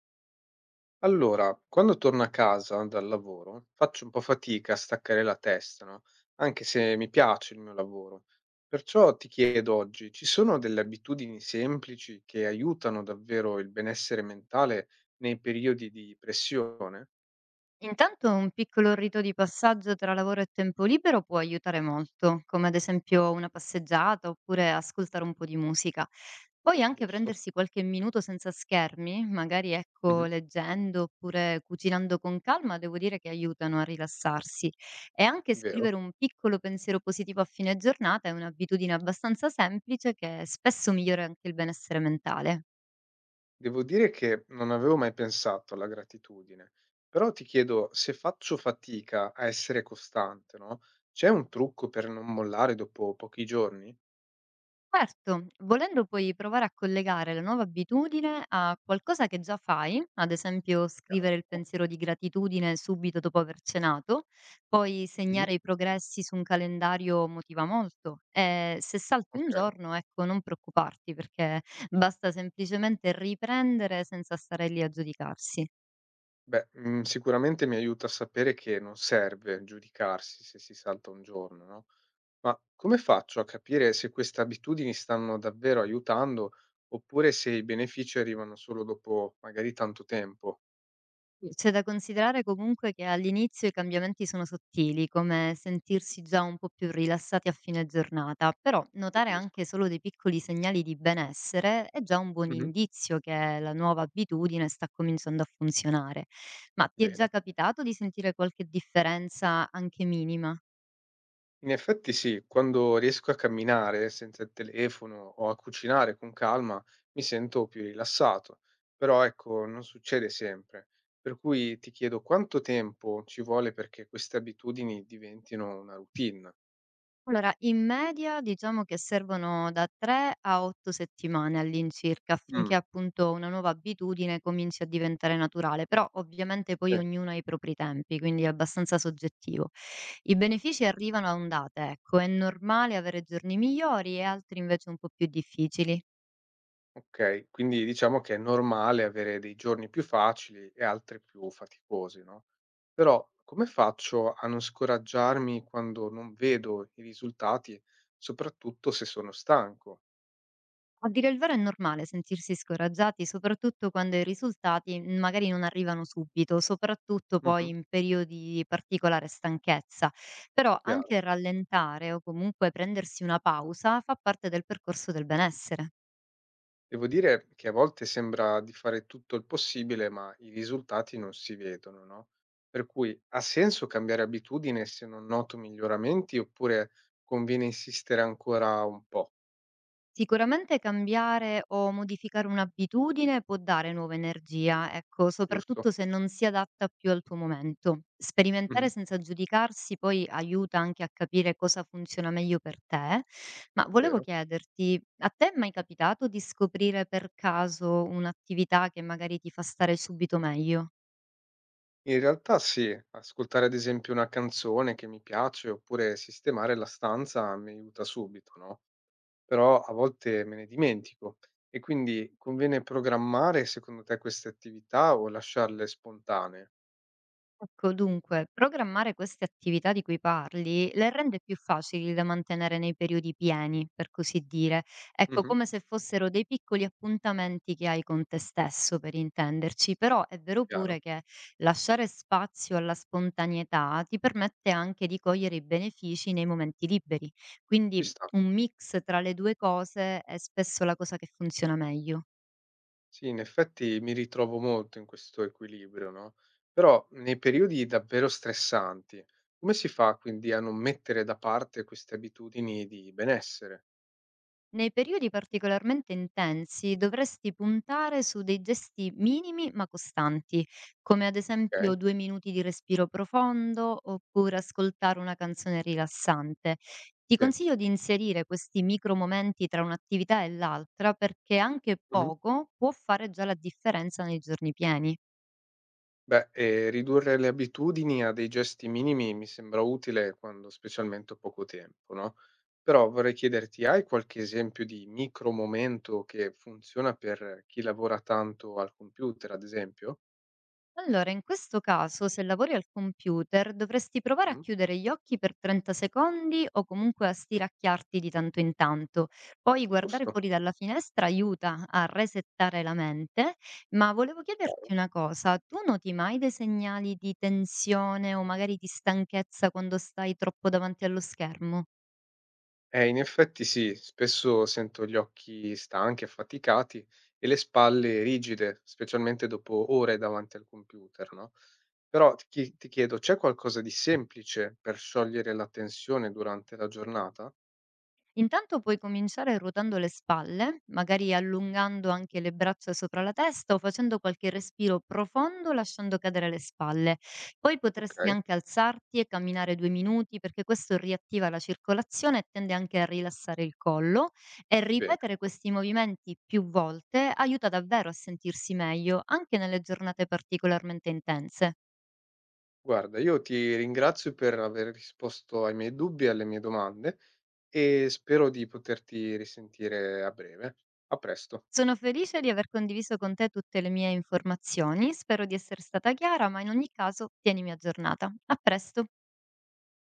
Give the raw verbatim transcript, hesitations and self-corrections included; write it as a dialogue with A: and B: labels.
A: Allora, quando torno a casa dal lavoro faccio un po' fatica a staccare la testa, no? Anche se mi piace il mio lavoro. Perciò ti chiedo oggi, ci sono delle abitudini semplici che aiutano davvero il benessere mentale nei periodi di pressione?
B: Intanto un piccolo rito di passaggio tra lavoro e tempo libero può aiutare molto, come ad esempio una passeggiata oppure ascoltare un po' di musica. Poi anche
A: Giusto?
B: prendersi qualche minuto senza schermi, magari ecco
A: Mhm.
B: leggendo oppure cucinando con calma, devo dire che aiutano a rilassarsi. E anche
A: Vero.
B: scrivere un piccolo pensiero positivo a fine giornata è un'abitudine abbastanza semplice che spesso migliora anche il benessere mentale.
A: Devo dire che non avevo mai pensato alla gratitudine, però ti chiedo se faccio fatica a essere costante, no? C'è un trucco per non mollare dopo pochi giorni?
B: Certo, volendo puoi provare a collegare la nuova abitudine a qualcosa che già fai, ad esempio scrivere il
A: Chiaro.
B: pensiero di gratitudine subito dopo aver cenato, poi segnare i progressi su un calendario motiva molto e se salti un
A: Okay.
B: giorno, ecco, non preoccuparti perché basta semplicemente riprendere senza stare lì a giudicarsi.
A: Beh, mhmm, sicuramente mi aiuta a sapere che non serve giudicarsi se si salta un giorno, no, ma come faccio a capire se queste abitudini stanno davvero aiutando oppure se i benefici arrivano solo dopo magari tanto tempo?
B: Mhmm, c'è da considerare comunque che all'inizio i cambiamenti sono sottili, come sentirsi già un po' più rilassati a fine giornata, però notare anche
A: Capisco.
B: solo dei piccoli segnali di benessere è già un buon
A: Mh-mh.
B: indizio che la nuova abitudine sta cominciando a funzionare. Ma ti è
A: Bene.
B: già capitato di sentire qualche differenza anche minima?
A: In effetti sì, quando riesco a camminare senza il telefono o a cucinare con calma mi sento più rilassato, però ecco, non succede sempre. Per cui ti chiedo quanto tempo ci vuole perché queste abitudini diventino una routine.
B: Allora, in media diciamo che servono da tre a otto settimane all'incirca,
A: Mm,
B: affinché appunto una nuova abitudine cominci a diventare naturale, però ovviamente
A: sì,
B: poi ognuno ha i propri tempi, quindi è abbastanza soggettivo. I benefici arrivano a ondate, ecco, è normale avere giorni migliori e altri invece un po' più difficili.
A: ok, quindi diciamo che è normale avere dei giorni più facili e altri più faticosi, no? Però come faccio a non scoraggiarmi quando non vedo i risultati, soprattutto se sono stanco?
B: A dire il vero è normale sentirsi scoraggiati, soprattutto quando i risultati mm, magari non arrivano subito, soprattutto poi
A: Mhm.
B: in periodi di particolare stanchezza. Però
A: Chiaro.
B: anche rallentare o comunque prendersi una pausa fa parte del percorso del benessere.
A: Devo dire che a volte sembra di fare tutto il possibile, ma i risultati non si vedono, no? Per cui ha senso cambiare abitudine se non noto miglioramenti oppure conviene insistere ancora un po',
B: Sicuramente cambiare o modificare un'abitudine può dare nuova energia, ecco,
A: giusto?
B: soprattutto se non si adatta più al tuo momento.
A: Mhm.
B: Sperimentare senza giudicarsi poi aiuta anche a capire cosa funziona meglio per te, ma volevo
A: Vero?
B: chiederti, a te è mai capitato di scoprire per caso un'attività che magari ti fa stare subito meglio?
A: In realtà sì, ascoltare ad esempio una canzone che mi piace oppure sistemare la stanza mi aiuta subito, no? Però a volte me ne dimentico e quindi conviene programmare secondo te queste attività o lasciarle spontanee?
B: Ecco, dunque, programmare queste attività di cui parli le rende più facili da mantenere nei periodi pieni, per così dire. Ecco,
A: Mhm.
B: come se fossero dei piccoli appuntamenti che hai con te stesso, per intenderci. Però è vero pure
A: Chiaro,
B: che lasciare spazio alla spontaneità ti permette anche di cogliere i benefici nei momenti liberi.
A: ci
B: Quindi
A: sta.
B: un mix tra le due cose è spesso la cosa che funziona meglio.
A: Sì, in effetti mi ritrovo molto in questo equilibrio, no, però nei periodi davvero stressanti, come si fa quindi a non mettere da parte queste abitudini di benessere?
B: Nei periodi particolarmente intensi dovresti puntare su dei gesti minimi ma costanti, come ad
A: Okay,
B: esempio due minuti di respiro profondo oppure ascoltare una canzone rilassante. Ti
A: sì.
B: consiglio di inserire questi micro momenti tra un'attività e l'altra perché anche
A: Mh-mh.
B: poco può fare già la differenza nei giorni pieni.
A: Beh, ehm, ridurre le abitudini a dei gesti minimi mi sembra utile quando specialmente ho poco tempo, no, però vorrei chiederti: hai qualche esempio di micro momento che funziona per chi lavora tanto al computer, ad esempio?
B: Allora, in questo caso, se lavori al computer, dovresti provare a
A: Mh-mh.
B: chiudere gli occhi per trenta secondi o comunque a stiracchiarti di tanto in tanto. Poi guardare
A: Giusto,
B: fuori dalla finestra aiuta a resettare la mente, ma volevo chiederti
A: chiaro.
B: una cosa, tu noti mai dei segnali di tensione o magari di stanchezza quando stai troppo davanti allo schermo?
A: Eh, in effetti sì, spesso sento gli occhi stanchi, affaticati e le spalle rigide, specialmente dopo ore davanti al computer, no? Però ti, chi- ti chiedo, c'è qualcosa di semplice per sciogliere la tensione durante la giornata?
B: Intanto puoi cominciare ruotando le spalle, magari allungando anche le braccia sopra la testa o facendo qualche respiro profondo lasciando cadere le spalle. Poi
A: Ok,
B: potresti anche alzarti e camminare due minuti perché questo riattiva la circolazione e tende anche a rilassare il collo e
A: bene.
B: ripetere questi movimenti più volte aiuta davvero a sentirsi meglio anche nelle giornate particolarmente intense.
A: Guarda, io ti ringrazio per aver risposto ai miei dubbi e alle mie domande e spero di poterti risentire a breve. A presto.
B: Sono felice di aver condiviso con te tutte le mie informazioni, spero di essere stata chiara, ma in ogni caso tienimi aggiornata. A presto!